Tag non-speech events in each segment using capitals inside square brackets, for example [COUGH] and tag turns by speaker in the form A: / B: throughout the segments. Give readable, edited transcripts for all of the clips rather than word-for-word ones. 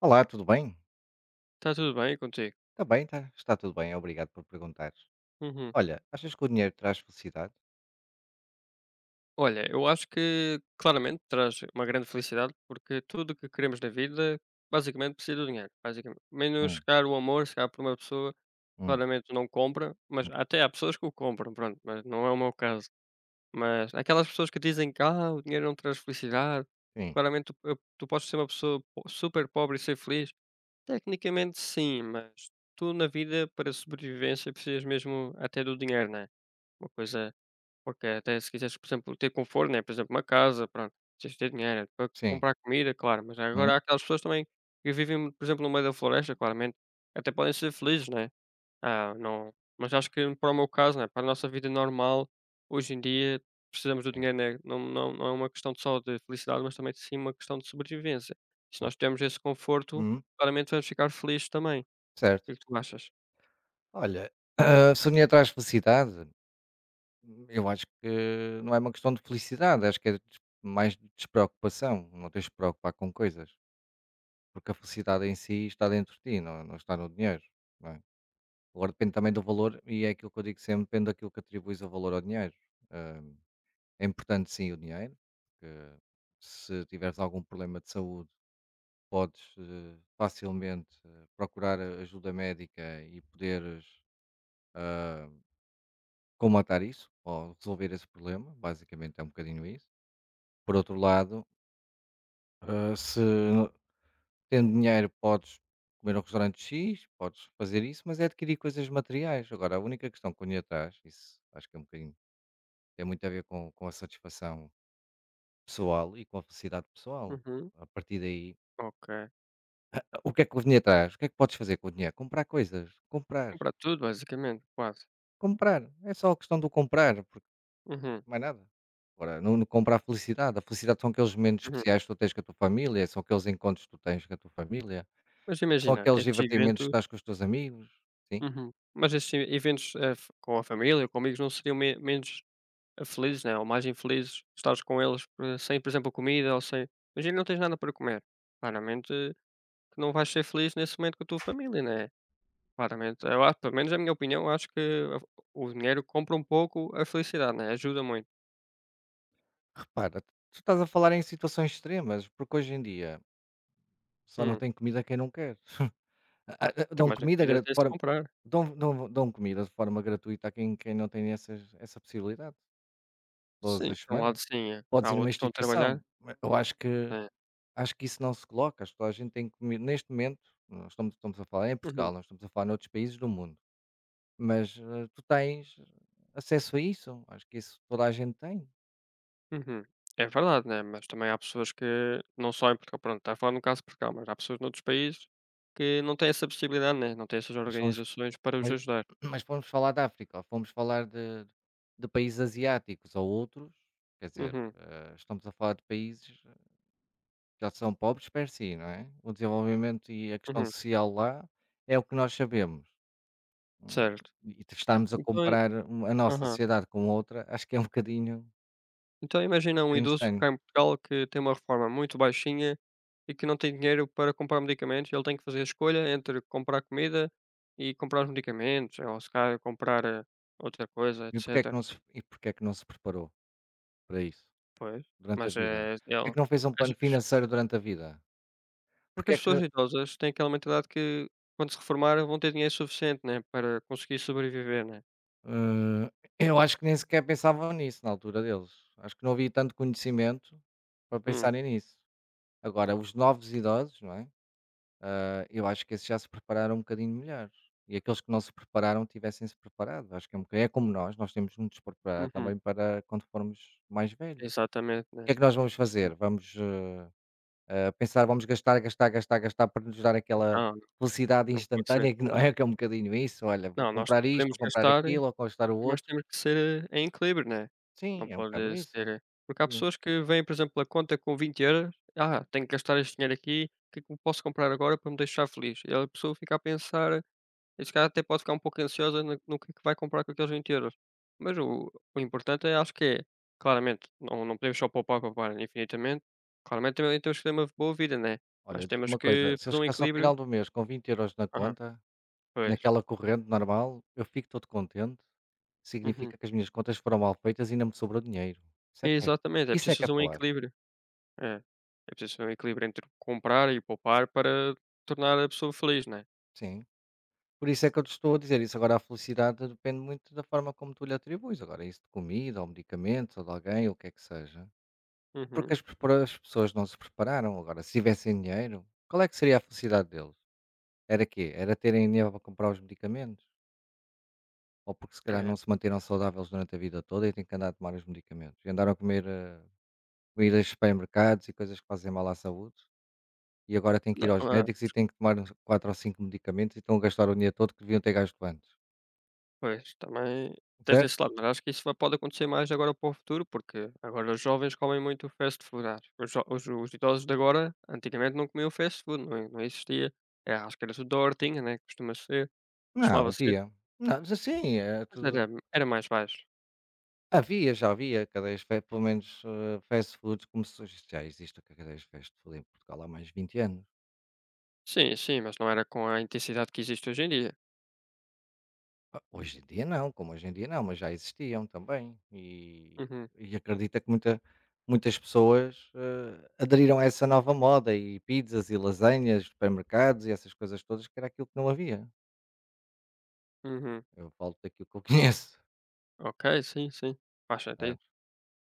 A: Olá, tudo bem?
B: Está tudo bem contigo?
A: Está bem, está tudo bem, obrigado por perguntar.
B: Uhum.
A: Olha, achas que o dinheiro traz felicidade?
B: Olha, eu acho que claramente traz uma grande felicidade, porque tudo o que queremos na vida basicamente precisa do dinheiro, basicamente. Menos se
A: Hum,
B: calhar o amor, se calhar por uma pessoa,
A: hum,
B: claramente não compra, mas
A: hum,
B: até há pessoas que o compram, pronto, mas não é o meu caso. Mas aquelas pessoas que dizem que o dinheiro não traz felicidade,
A: Sim,
B: claramente tu, tu podes ser uma pessoa super pobre e ser feliz. Tecnicamente sim, mas tu na vida para sobrevivência precisas mesmo até do dinheiro, né? Uma coisa. Porque até se quiseres, por exemplo, ter conforto, né, por exemplo, uma casa, pronto, precisas ter dinheiro é para
A: sim,
B: comprar comida, claro, mas agora há
A: hum,
B: aquelas pessoas também que vivem, por exemplo, no meio da floresta, claramente, até podem ser felizes, né? Ah, não, mas acho que para o meu caso, né, para a nossa vida normal, hoje em dia precisamos do
A: sim,
B: dinheiro, né? Não, não, não é uma questão só de felicidade, mas também sim uma questão de sobrevivência. Se
A: ok,
B: nós tivermos esse conforto,
A: hum,
B: claramente vamos ficar felizes também. O
A: certo.
B: que é que tu achas?
A: Olha, [CLEARS THROAT] se o dinheiro traz felicidade, eu acho que não é uma questão de felicidade, acho que é mais de despreocupação, não tens de te preocupar com coisas, porque a felicidade em si está dentro de ti, não, não está no dinheiro, não é? Agora depende também do valor, e é aquilo que eu digo sempre, depende daquilo que atribuis o valor ao dinheiro. ah, É importante sim o dinheiro, porque se tiveres algum problema de saúde, podes facilmente procurar ajuda médica e poderes ah, comatar isso ou resolver esse problema. Basicamente é um bocadinho isso. Por outro lado, se não- tendo dinheiro, podes comer ao restaurante X, podes fazer isso, mas é adquirir coisas materiais. Agora, a única questão que o dinheiro traz, isso acho que é um bocadinho, tem muito a ver com a satisfação pessoal e com a felicidade pessoal.
B: Uhum.
A: A partir daí.
B: Ok.
A: O que é que o dinheiro traz? O que é que podes fazer com o dinheiro? Comprar coisas, comprar,
B: Comprar tudo, basicamente, quase.
A: comprar. É só a questão do comprar, porque
B: Uhum.
A: mais nada. Agora, não comprar felicidade. A felicidade são aqueles momentos
B: Uhum.
A: especiais que tu tens com a tua família, são aqueles encontros que tu tens com a tua família,
B: Mas
A: são
B: imagina,
A: aqueles
B: esses
A: divertimentos que
B: eventos.
A: estás com os teus amigos. Sim.
B: Uhum. Mas esses eventos, f com a família, com amigos, não seriam me menos felizes, né, ou mais infelizes, estares com eles, sem, por exemplo, comida ou sem imagina, não tens nada para comer. Claramente que não vais ser feliz nesse momento com a tua família, né? Claramente, eu a pelo menos é a minha opinião, acho que o o dinheiro compra um pouco a felicidade, né, ajuda muito.
A: Repara, tu estás a falar em situações extremas, porque hoje em dia só não
B: Hum,
A: tem comida quem não quer. [LAUGHS]
B: então,
A: Dão
B: mas a
A: comida
B: comida
A: de
B: se de
A: forma.
B: comprar.
A: Dão comida de forma gratuita a quem não tem essa possibilidade todas
B: Sim,
A: as
B: por um
A: semanas.
B: lado sim,
A: Podes
B: há
A: ir numa
B: outros que estão a
A: instituição.
B: trabalhar.
A: Eu acho que
B: É.
A: acho que isso não se coloca, acho que toda a gente tem que comer neste momento, nós estamos a falar em
B: Uhum.
A: Portugal, não estamos a falar noutros países do mundo, mas, tu tens acesso a isso, acho que isso toda a gente tem.
B: Uhum. É verdade, né, mas também há pessoas que não só em Portugal, pronto, está a falar no caso de Portugal, mas há pessoas noutros países que não têm essa possibilidade, né, não têm essas
A: Mas fomos
B: organizações para os
A: mas
B: ajudar.
A: [CLEARS THROAT] Mas fomos falar da África, ou fomos falar de países asiáticos ou outros, quer dizer,
B: Uhum,
A: estamos a falar de países que já são pobres per si, não é? O desenvolvimento e a questão
B: uhum,
A: social lá é o que nós sabemos. Hum,
B: certo.
A: e estarmos a
B: Então
A: comparar um a nossa
B: aham.
A: sociedade com outra, acho que é um bocadinho
B: Então
A: um
B: imagina um
A: bocadinho
B: idoso cá
A: estranho.
B: em Portugal que tem uma reforma muito baixinha e que não tem dinheiro para comprar medicamentos, ele tem que fazer a escolha entre comprar comida e comprar os medicamentos, ou se calhar comprar, outra coisa,
A: E porque é que
B: etcétera.
A: não se e porque é que não se preparou para isso
B: Pois,
A: durante a
B: mas,
A: vida?
B: é
A: Porque é
B: ele
A: que não fez um
B: as
A: plano financeiro durante a vida?
B: porque
A: Porque é
B: as pessoas
A: que,
B: idosas têm aquela mentalidade que quando se reformarem vão ter dinheiro suficiente, né, para conseguir sobreviver, né.
A: hã, Eu acho que nem sequer pensavam nisso na altura deles. Acho que não havia tanto conhecimento para
B: Hum,
A: pensarem nisso. Agora os novos idosos, não é? Eu acho que esses já se prepararam um bocadinho melhor. E aqueles que não se prepararam tivessem-se preparado. Acho que é um bocadinho é como nós temos de nos preparar
B: uhum,
A: também para quando formos mais velhos. O
B: exatamente,
A: que
B: né.
A: é que nós vamos fazer? Vamos pensar, vamos gastar, gastar, gastar, gastar para nos dar aquela
B: Não,
A: felicidade
B: não pode ser.
A: instantânea que não é que é um bocadinho isso. Olha, vou
B: Não, nós
A: comprar isto,
B: podemos
A: vou comprar
B: gastar,
A: aquilo, ou gastar o
B: mas
A: outro.
B: temos que ser em equilíbrio, né. Não
A: Sim, é um bocado
B: pode ser
A: isso.
B: porque há
A: Sim.
B: pessoas que veem, por exemplo, a conta com 20€: "Ah, tenho que gastar este dinheiro aqui, o que é que me posso comprar agora para me deixar feliz?" E a pessoa fica a pensar. E se calhar até pode ficar um pouco ansiosa no que é que vai comprar com aqueles €20. Mas o importante é acho que é, claramente, não podemos só poupar, poupar infinitamente. Claramente também temos que ter uma boa vida, né,
A: Olha,
B: mas
A: eu digo
B: temos
A: uma coisa,
B: que
A: se eu
B: fazer um
A: chegasse ao
B: equilíbrio,
A: final do mês com 20 € na
B: aham,
A: conta,
B: pois.
A: naquela corrente normal, eu fico todo contente,
B: Uhum.
A: significa que as minhas contas foram mal feitas e ainda me sobrou dinheiro. Isso é que é
B: Exatamente, é
A: isso é
B: preciso
A: que é
B: fazer um
A: falar,
B: equilíbrio. É. É preciso fazer um equilíbrio entre comprar e poupar para tornar a pessoa feliz, né.
A: sim. Por isso é que eu te estou a dizer isso, agora a felicidade depende muito da forma como tu lhe atribuis, agora isso de comida ou medicamentos ou de alguém, ou o que é que seja. É porque
B: Uhum.
A: as pessoas não se prepararam, agora se tivessem dinheiro, qual é que seria a felicidade deles? Era quê? Era terem dinheiro para comprar os medicamentos? Ou porque se calhar não
B: É.
A: se manteram saudáveis durante a vida toda e têm que andar a tomar os medicamentos? E andaram a comer, ir a supermercados e coisas que fazem mal à saúde, e agora têm que
B: Não,
A: ir aos
B: é
A: médicos e têm que tomar uns 4 ou 5 medicamentos e estão a gastar o dinheiro todo que deviam ter gasto antes,
B: pois, também tens esse
A: certo?
B: lado, mas acho que isso vai pode acontecer mais agora para o futuro, porque agora os jovens comem muito fast food. Acho. Os idosos de agora, antigamente não comiam fast food, não, não existia. É, acho que era tudo da hortinha, né? Costuma ser,
A: Não,
B: costumava ser,
A: havia. Não, mas assim, é
B: mas
A: tudo
B: era, mais baixo.
A: havia, já havia cadeias fe pelo menos, fast foods começou já existe cadeias de fast food em Portugal há mais de 20 anos.
B: Sim, sim, mas não era com a intensidade que existe hoje em dia.
A: Ah, hoje em dia não, como hoje em dia não, mas já existiam também. E,
B: Uhum,
A: e acredita que muitas pessoas aderiram a essa nova moda e pizzas e lasanhas, supermercados e essas coisas todas, que era aquilo que não havia.
B: uhum.
A: Eu falo daquilo que eu [LAUGHS] conheço.
B: Ok, sim, sim. Faz sentido.
A: Sabes?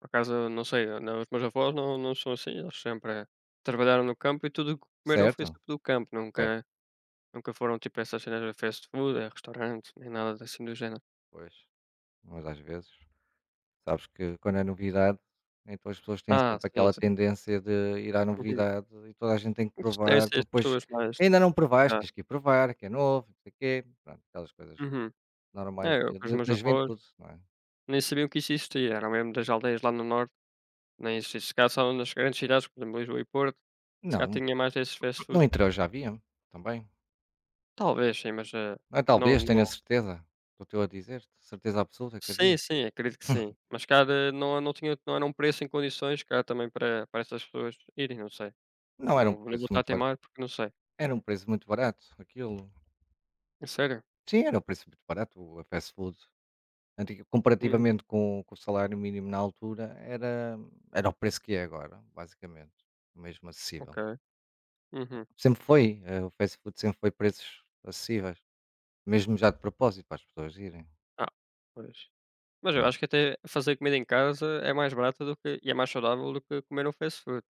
B: Por acaso, não sei, não, os meus avós não, não são assim, eles sempre trabalharam no campo e tudo o que comeram foi
A: Certo?
B: sempre do campo,
A: Certo,
B: nunca. Nunca foram tipo essas cenas de fast food, a restaurantes, nem nada assim do género?
A: pois. Mas às vezes, sabes que quando é novidade, então as pessoas têm
B: Ah,
A: sempre
B: sim,
A: aquela
B: sim.
A: tendência de ir à
B: Uhum.
A: novidade e toda a gente tem que
B: Isso deve
A: provar,
B: ser as
A: depois
B: pessoas mais,
A: ainda não provaste,
B: yeah.
A: tens que ir provar, que é novo, não sei o quê, pronto, aquelas coisas
B: Uhum.
A: normais
B: É, eu
A: de
B: com os
A: de
B: meus
A: da
B: avós
A: juventude, não é?
B: nem sabiam que isso existia, eram mesmo das aldeias lá no norte, nem existia. Se calhar só nas grandes cidades, por exemplo, Lisboa e Porto, se calhar
A: Não,
B: tinha mais desses fast
A: no
B: food.
A: interior já havia, também.
B: Talvez sim, mas,
A: Ah,
B: não
A: talvez, tenho
B: não
A: a certeza, do teu a dizer certeza absoluta que
B: sim,
A: havia.
B: sim, acredito que sim. Mas se não era um preço em condições, se calhar também para essas pessoas irem, não sei.
A: Não era um
B: Não
A: preço
B: vou estar a
A: muito barato
B: teimar, porque não sei.
A: era um preço muito barato aquilo.
B: É sério?
A: Sim, era um preço muito barato o fast food. Antiga
B: Hum,
A: Comparativamente com o salário mínimo na altura, era o preço que é agora, basicamente, mesmo acessível.
B: ok. Uhum.
A: Sempre foi, o fast food sempre foi preços acessíveis, mesmo já de propósito para as pessoas irem,
B: Ah, pois. Mas
A: não
B: eu acho
A: é?
B: que até fazer comida em casa é mais barata do que e é mais saudável do que comer um fast food.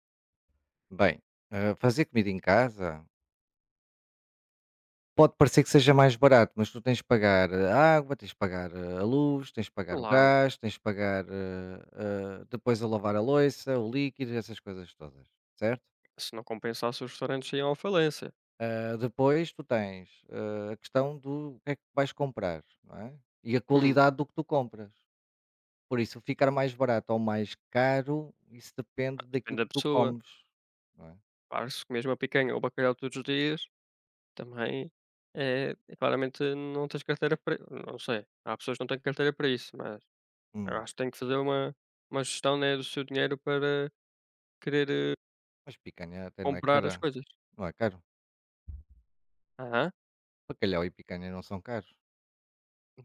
A: Bem, fazer comida em casa pode parecer que seja mais barato, mas tu tens de pagar a água, tens de pagar a luz, tens de pagar o
B: Claro, né,
A: gás, tens de pagar, depois a lavar a louça, o líquido, essas coisas todas, certo?
B: se não compensasse, os restaurantes iam à falência.
A: Depois tu tens, a questão do que é que vais comprar, não é? E a
B: Hum,
A: qualidade do que tu compras. Por isso, ficar mais barato ou mais caro, isso depende daquilo
B: depende
A: que
B: da
A: tu
B: pessoa.
A: comes, não é?
B: Claro, se comes uma picanha ou um bacalhau todos os dias, também é, claramente não tens carteira para... Não sei, há pessoas que não têm carteira para isso, mas eu
A: Hum,
B: acho que tem que fazer uma gestão, né, do seu dinheiro para querer
A: mas picanha até não é
B: comprar as
A: cara,
B: coisas.
A: não é caro?
B: Aham,
A: Bacalhau e picanha não são caros.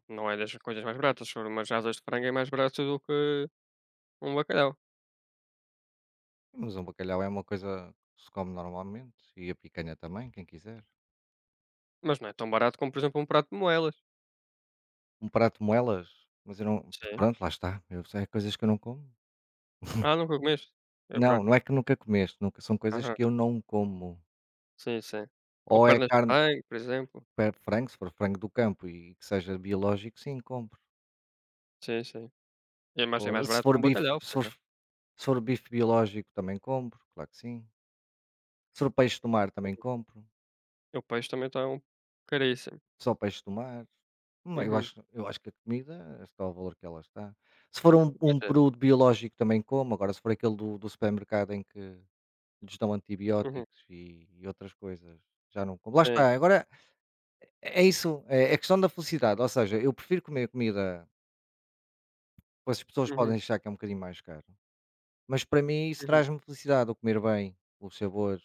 B: não é das coisas mais baratas, se for umas asas de frango é mais barato do que um bacalhau.
A: Mas um bacalhau é uma coisa que se come normalmente e a picanha também, quem quiser.
B: Mas não é tão barato como, por exemplo, um prato de moelas.
A: Um prato de moelas, mas eu não
B: Sim.
A: pronto, lá está. Eu sei coisas que eu não como.
B: Ah, nunca comeste? É,
A: Não,
B: pronto.
A: não é que nunca comeste, nunca são coisas
B: Aham.
A: que eu não como.
B: Sim, sim.
A: Ou
B: Ou
A: é
B: pernas de
A: carne,
B: frango, por exemplo.
A: frango, se for frango do campo e que seja biológico, sim, compro.
B: Sim, sim. É mais é
A: Ou
B: mais
A: se
B: barato
A: for
B: que um
A: bife,
B: bacalhau,
A: se
B: por
A: for,
B: exemplo.
A: se for bife biológico também compro, claro que sim. Se for peixe do mar também
B: Uhum.
A: compro.
B: E o peixe também está um... caríssimo.
A: Só peixe do mar. Não, eu
B: Uhum.
A: acho eu acho que a comida está ao valor que ela está. Se for um
B: Pois
A: um
B: é.
A: produto biológico também como, agora se for aquele do supermercado em que lhes dão
B: Uhum.
A: antibióticos e outras coisas, já não como. Lá
B: Sim.
A: está, agora é isso, é a questão da felicidade, ou seja, eu prefiro comer comida pois as pessoas podem
B: Uhum,
A: achar que é um bocadinho mais caro, mas para mim isso
B: uhum.
A: traz-me felicidade, o comer bem, os sabores.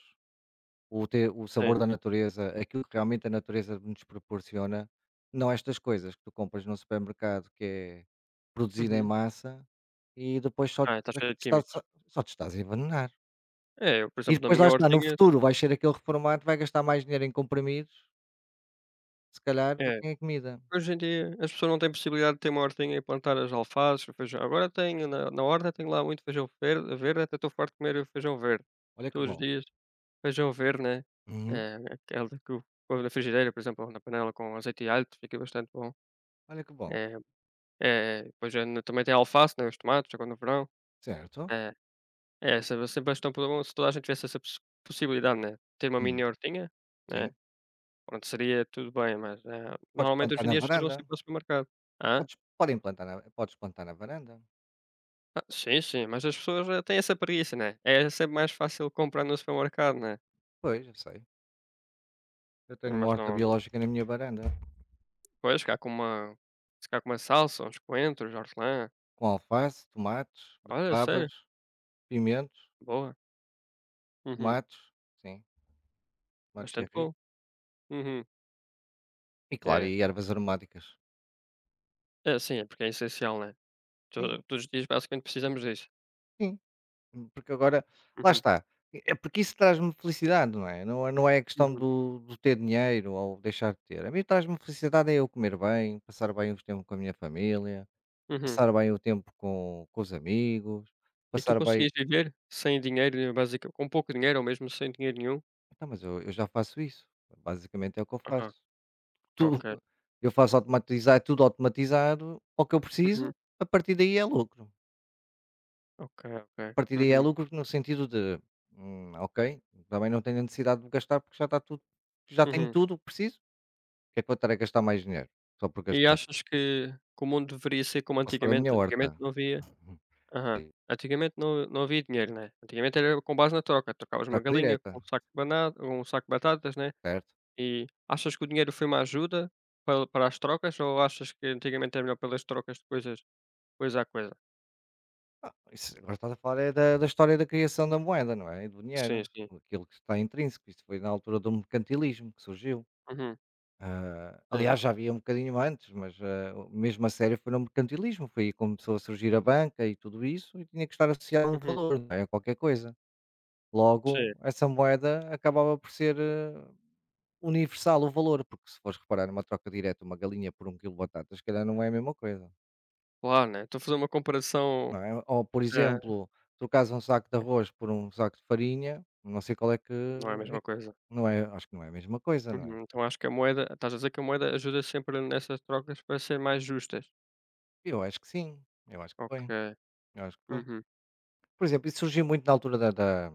A: O
B: Sim.
A: sabor da natureza, aquilo que realmente a natureza nos proporciona, não estas coisas que tu compras no supermercado, que é produzido em
B: Uhum.
A: massa e depois
B: Ah, está cheio de
A: estás só
B: químicos.
A: só te estás a envenenar.
B: É, eu, por
A: E
B: exemplo, na
A: depois lá
B: minha
A: está, no
B: hortinha
A: futuro vais ser aquele reformado que vai gastar mais dinheiro em comprimidos, se calhar, do
B: é...
A: que em comida.
B: Hoje em dia as pessoas não têm possibilidade de ter uma hortinha e plantar as alfaces, o feijão. Agora tenho na horta, tenho lá muito feijão verde verde, até estou farto de comer o feijão verde
A: Olha que
B: todos os
A: bom.
B: dias. Feijão verde, né,
A: Uhum.
B: aquela que o põe na frigideira, por exemplo, ou na panela com azeite e alho, fica bastante bom.
A: Olha que bom.
B: É, depois já na também tem a alface, né, os tomates agora no verão.
A: Certo.
B: Eh, é sempre sempre acho tão bom se toda a gente tivesse essa possibilidade, né, ter uma mini
A: Hum,
B: hortinha, né,
A: sim.
B: pronto, seria tudo bem, mas,
A: Podes
B: normalmente
A: plantar
B: hoje em
A: na
B: dia as pessoas vão
A: varanda.
B: sempre ao supermercado. Hã?
A: Podes plantar na varanda.
B: Ah, sim, sim, mas as pessoas, têm essa preguiça, né, é sempre mais fácil comprar no supermercado, né,
A: Pois, eu sei. Eu tenho uma
B: mas
A: horta
B: não não
A: biológica na minha varanda.
B: pois, cá com uma se cá com uma salsa, uns coentros, hortelã...
A: Com alface, tomates,
B: Olha,
A: beterrabas,
B: sério?
A: pimentos,
B: Boa. Uhum.
A: tomates, sim, tomate
B: Bastante
A: cherry
B: bom. Uhum.
A: e claro,
B: É.
A: e ervas aromáticas.
B: É, sim, é porque é essencial, né?
A: Sim,
B: Todos os dias basicamente precisamos disso.
A: sim, porque agora lá
B: Uhum.
A: está, é porque isso traz-me felicidade, não é? Não é a questão
B: Uhum.
A: do ter dinheiro ou deixar de ter. A mim traz-me felicidade é eu comer bem, passar bem o tempo com a minha família,
B: Uhum.
A: passar bem o tempo com os amigos,
B: E tu
A: passar bem
B: conseguias viver sem dinheiro, com pouco dinheiro ou mesmo sem dinheiro nenhum?
A: então, mas eu já faço isso, basicamente é o que eu
B: Aham.
A: faço.
B: Ok.
A: Tu Eu faço automatizar, é tudo automatizado, ao que eu
B: Uhum.
A: preciso, a partir daí é lucro.
B: Ok,
A: A
B: ok.
A: partir daí é
B: Uhum.
A: lucro no sentido de, ok, também não tenho a necessidade de gastar porque já está tudo, já tenho
B: Uhum.
A: tudo o que preciso, porque é que vou estar a gastar mais dinheiro? Só por
B: E
A: gastar.
B: achas que, o mundo deveria ser como
A: Posso for a minha
B: antigamente?
A: horta.
B: Antigamente não havia.
A: [LAUGHS]
B: Aham.
A: Sim,
B: Antigamente não havia dinheiro, né? Antigamente era com base na troca. Trocavas uma
A: troca
B: galinha com
A: direta,
B: um saco de, banana, um saco de batatas, né?
A: certo?
B: E achas que o dinheiro foi uma ajuda pa para as trocas ou achas que antigamente era melhor pelas trocas de coisa a coisa?
A: Isso, agora estás a falar é da história da criação da moeda, não é? E do
B: Sim,
A: dinheiro,
B: sim.
A: aquilo que está intrínseco. Isto foi na altura do mercantilismo que surgiu.
B: Uhum,
A: Ah,
B: sim.
A: aliás, já havia um bocadinho antes, mas mesmo a série foi no mercantilismo, foi aí que começou a surgir a banca e tudo isso, e tinha que estar associado a um
B: Uhum,
A: valor, não é? A qualquer coisa. Logo,
B: sim.
A: essa moeda acabava por ser universal o valor, porque se fores reparar numa troca direta uma galinha por um quilo de batatas, se calhar não é a mesma coisa,
B: Claro, né, estou a fazer uma comparação,
A: não é? Ou, por
B: eh,
A: exemplo, trocas um saco de arroz por um saco de farinha, não sei qual é que...
B: não é a
A: é
B: mesma
A: que-
B: coisa.
A: Não é, acho que não é a mesma coisa, não é?
B: Uhum, então acho que a moeda estás a dizer que a moeda ajuda sempre nessas trocas para ser mais justas.
A: Eu acho que sim, eu acho que
B: Ok.
A: foi, eu acho que foi.
B: Uhum,
A: Por exemplo, isso surgiu muito na altura da da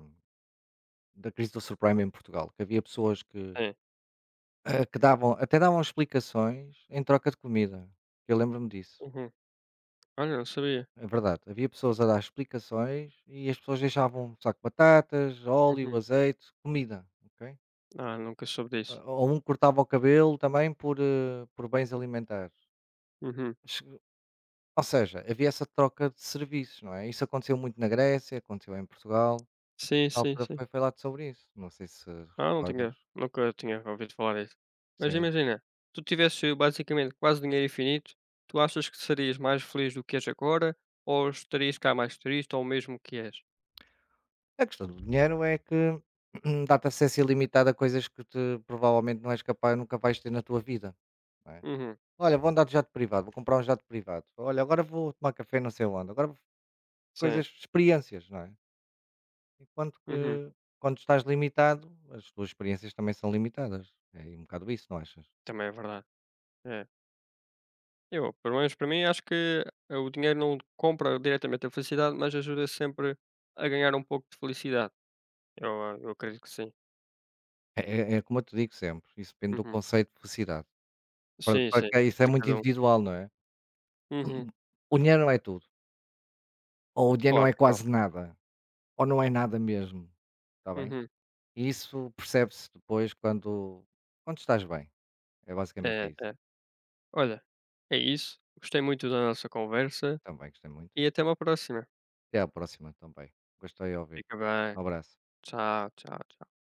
A: da crise do subprime em Portugal, que havia pessoas que,
B: sim.
A: ah, que davam até davam explicações em troca de comida. Eu lembro-me disso,
B: Uhum. Olha, não sabia.
A: é verdade. Havia pessoas a dar explicações e as pessoas deixavam um saco de batatas, óleo,
B: Uhum.
A: azeite, comida, ok?
B: Ah, nunca soube
A: Ah,
B: disso.
A: ou um cortava o cabelo também por bens alimentares.
B: Uhum.
A: Che Ou seja, havia essa troca de serviços, não é? Isso aconteceu muito na Grécia, aconteceu em Portugal,
B: Sim,
A: na
B: sim,
A: altura
B: sim.
A: foi falado sobre isso, não sei se
B: Ah, não
A: recordas.
B: tinha nunca tinha ouvido falar disso. Mas
A: Sim.
B: imagina, tu tivesse basicamente quase dinheiro infinito, tu achas que serias mais feliz do que és agora? Ou estarias cá mais triste, ou mesmo que és?
A: A questão do dinheiro é que [CLEARS THROAT] dá-te acesso ilimitado a coisas que te, provavelmente não és capaz, nunca vais ter na tua vida, não é?
B: Uhum,
A: Olha, vou andar de jato privado, vou comprar um jato privado. Olha, agora vou tomar café não sei onde. Agora
B: sim.
A: coisas, experiências, não é? Enquanto que
B: Uhum,
A: quando estás limitado, as tuas experiências também são limitadas. É um bocado isso, não achas?
B: também é verdade. É. Eu, pelo menos para mim, acho que o dinheiro não compra diretamente a felicidade, mas ajuda sempre a ganhar um pouco de felicidade. Eu acredito que sim.
A: É, é como eu te digo sempre, isso depende do
B: Uhum.
A: conceito de felicidade.
B: Sim, sim.
A: Isso é
B: De
A: muito
B: cada um.
A: individual, não é?
B: Uhum.
A: [CLEARS THROAT] O dinheiro não é tudo. Ou o dinheiro não
B: Claro
A: é
B: que não.
A: quase nada. Ou não é nada mesmo, está bem?
B: Uhum.
A: E isso percebe-se depois quando estás bem, basicamente, é
B: É,
A: isso.
B: é. Olha, é isso. Gostei muito da nossa conversa
A: Também gostei muito.
B: e até uma próxima.
A: Até à próxima também. Gostei de ouvir.
B: Fica bem.
A: Um abraço.
B: Tchau, tchau, tchau.